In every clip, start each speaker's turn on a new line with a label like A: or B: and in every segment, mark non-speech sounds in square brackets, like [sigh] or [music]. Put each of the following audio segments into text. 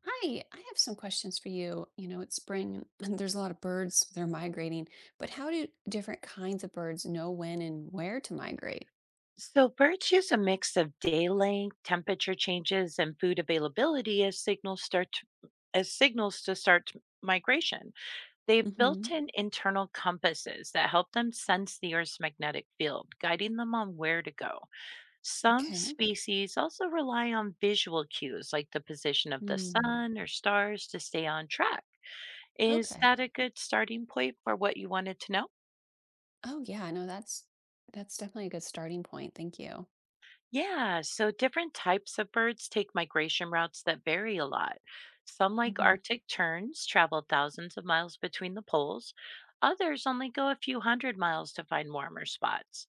A: Hi, I have some questions for you. It's spring [laughs] and there's a lot of birds, they're migrating, but how do different kinds of birds know when and where to migrate?
B: So, birds use a mix of day length, temperature changes, and food availability as signals to start migration. They've built
A: Hmm.
B: in internal compasses that help them sense the Earth's magnetic field, guiding them on where to go. Some
A: Okay.
B: species also rely on visual cues like the position of the
A: Mm.
B: sun or stars to stay on track. Is that
A: Okay.
B: a good starting point for what you wanted to know?
A: Oh yeah, no, that's definitely a good starting point. Thank you.
B: Yeah, so different types of birds take migration routes that vary a lot. Some, like
A: Hmm.
B: Arctic terns, travel thousands of miles between the poles. Others only go a few hundred miles to find warmer spots.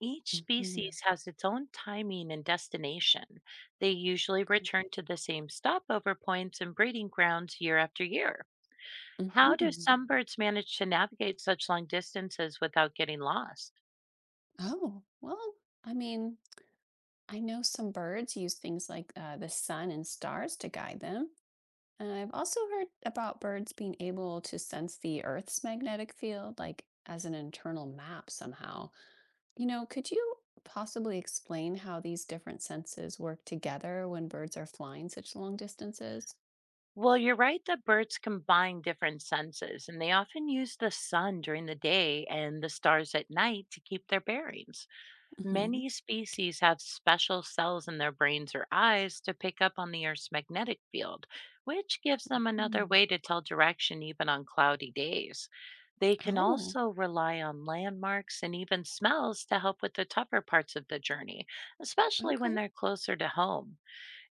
B: Each
A: Hmm.
B: species has its own timing and destination. They usually
A: Okay.
B: return to the same stopover points and breeding grounds year after year. How do
A: Hmm.
B: some birds manage to navigate such long distances without getting lost?
A: Oh, well, I mean, I know some birds use things like the sun and stars to guide them, and I've also heard about birds being able to sense the Earth's magnetic field, like as an internal map somehow. Could you possibly explain how these different senses work together when birds are flying such long distances?
B: Well, you're right that birds combine different senses, and they often use the sun during the day and the stars at night to keep their bearings.
A: Hmm.
B: Many species have special cells in their brains or eyes to pick up on the Earth's magnetic field, which gives them another way to tell direction even on cloudy days. They can
A: Oh,
B: also rely on landmarks and even smells to help with the tougher parts of the journey, especially when
A: okay.
B: they're closer to home.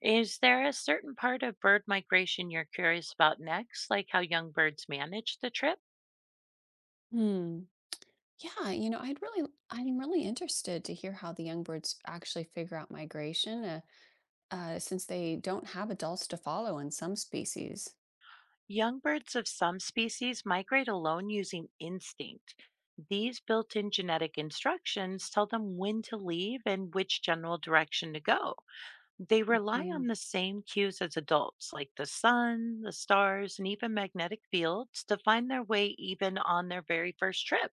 B: Is there a certain part of bird migration you're curious about next, like how young birds manage the trip?
A: Hmm. Yeah, I'm really interested to hear how the young birds actually figure out migration, since they don't have adults to follow in some species.
B: Young birds of some species migrate alone using instinct. These built in genetic instructions tell them when to leave and which general direction to go. They rely
A: Hmm.
B: on the same cues as adults, like the sun, the stars, and even magnetic fields, to find their way even on their very first trip.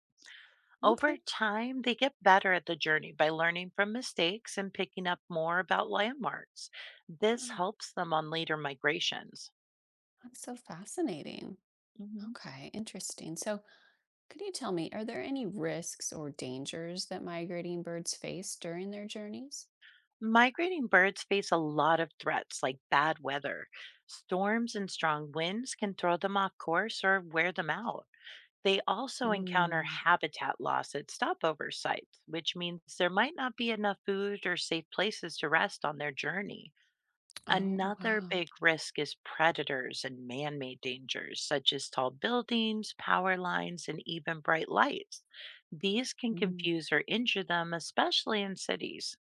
B: Over
A: Okay.
B: time, they get better at the journey by learning from mistakes and picking up more about landmarks. This
A: Oh.
B: helps them on later migrations.
A: That's so fascinating.
B: Hmm.
A: Okay, interesting. So, could you tell me, are there any risks or dangers that migrating birds face during their journeys?
B: Migrating birds face a lot of threats like bad weather. Storms and strong winds can throw them off course or wear them out. They also encounter
A: Mm.
B: habitat loss at stopover sites, which means there might not be enough food or safe places to rest on their journey.
A: Oh,
B: Another
A: wow.
B: big risk is predators and man made dangers, such as tall buildings, power lines, and even bright lights. These can
A: Mm.
B: confuse or injure them, especially in cities.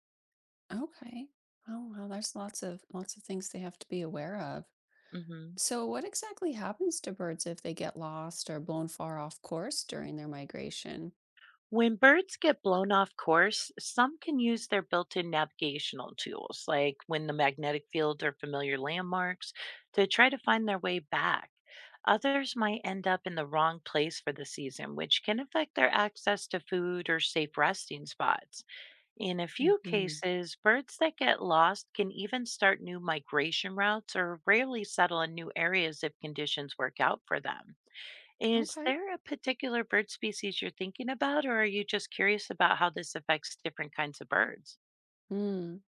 A: Okay. Oh, wow. There's lots of things they have to be aware of.
B: Mhm.
A: So, what exactly happens to birds if they get lost or blown far off course during their migration?
B: When birds get blown off course, some can use their built in navigational tools, like when the magnetic field or familiar landmarks, to try to find their way back. Others might end up in the wrong place for the season, which can affect their access to food or safe resting spots. In a few
A: Hmm.
B: cases, birds that get lost can even start new migration routes or rarely settle in new areas if conditions work out for them. Is
A: Okay.
B: there a particular bird species you're thinking about, or are you just curious about how this affects different kinds of birds?
A: Mm.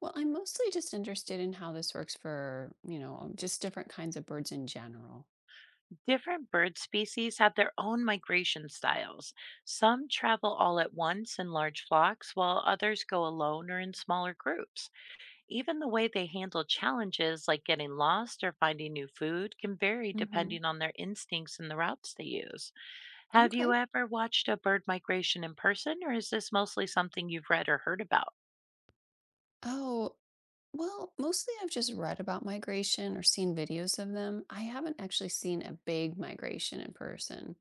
A: Well, I'm mostly just interested in how this works for, just different kinds of birds in general.
B: Different bird species have their own migration styles. Some travel all at once in large flocks, while others go alone or in smaller groups. Even the way they handle challenges like getting lost or finding new food can vary
A: Hmm.
B: depending on their instincts and the routes they use. Have
A: Okay.
B: you ever watched a bird migration in person, or is this mostly something you've read or heard about?
A: Oh, well, mostly I've just read about migration or seen videos of them. I haven't actually seen a big migration in person.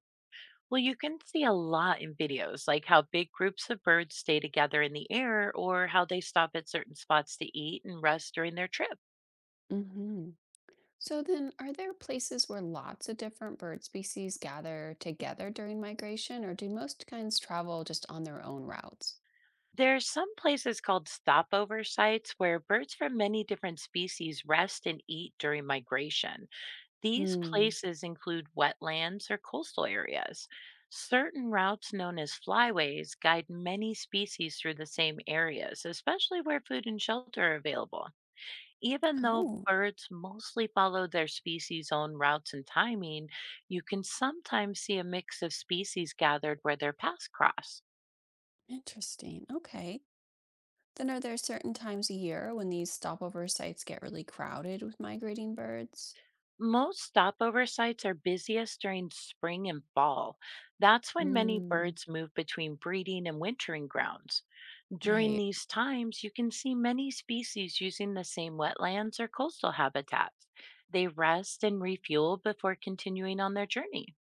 B: Well, you can see a lot in videos, like how big groups of birds stay together in the air or how they stop at certain spots to eat and rest during their trip.
A: Hmm. So then, are there places where lots of different bird species gather together during migration, or do most kinds travel just on their own routes?
B: There's some places called stopover sites where birds from many different species rest and eat during migration. These
A: Hmm.
B: places include wetlands or coastal areas. Certain routes known as flyways guide many species through the same areas, especially where food and shelter are available. Even though
A: Oh,
B: birds mostly follow their species' own routes and timing, you can sometimes see a mix of species gathered where their paths cross.
A: interesting. Okay. Then are there certain times a year when these stopover sites get really crowded with migrating birds?
B: Most stopover sites are busiest during spring and fall. That's when many
A: Hmm.
B: birds move between breeding and wintering grounds. During
A: Right.
B: these times, you can see many species using the same wetlands or coastal habitats. They rest and refuel before continuing on their journey.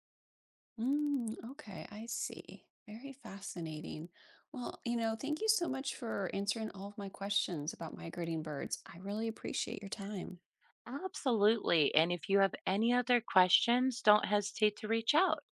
A: Mm, okay, I see. Very fascinating. Well, thank you so much for answering all of my questions about migrating birds. I really appreciate your time.
B: Absolutely. And if you have any other questions, don't hesitate to reach out.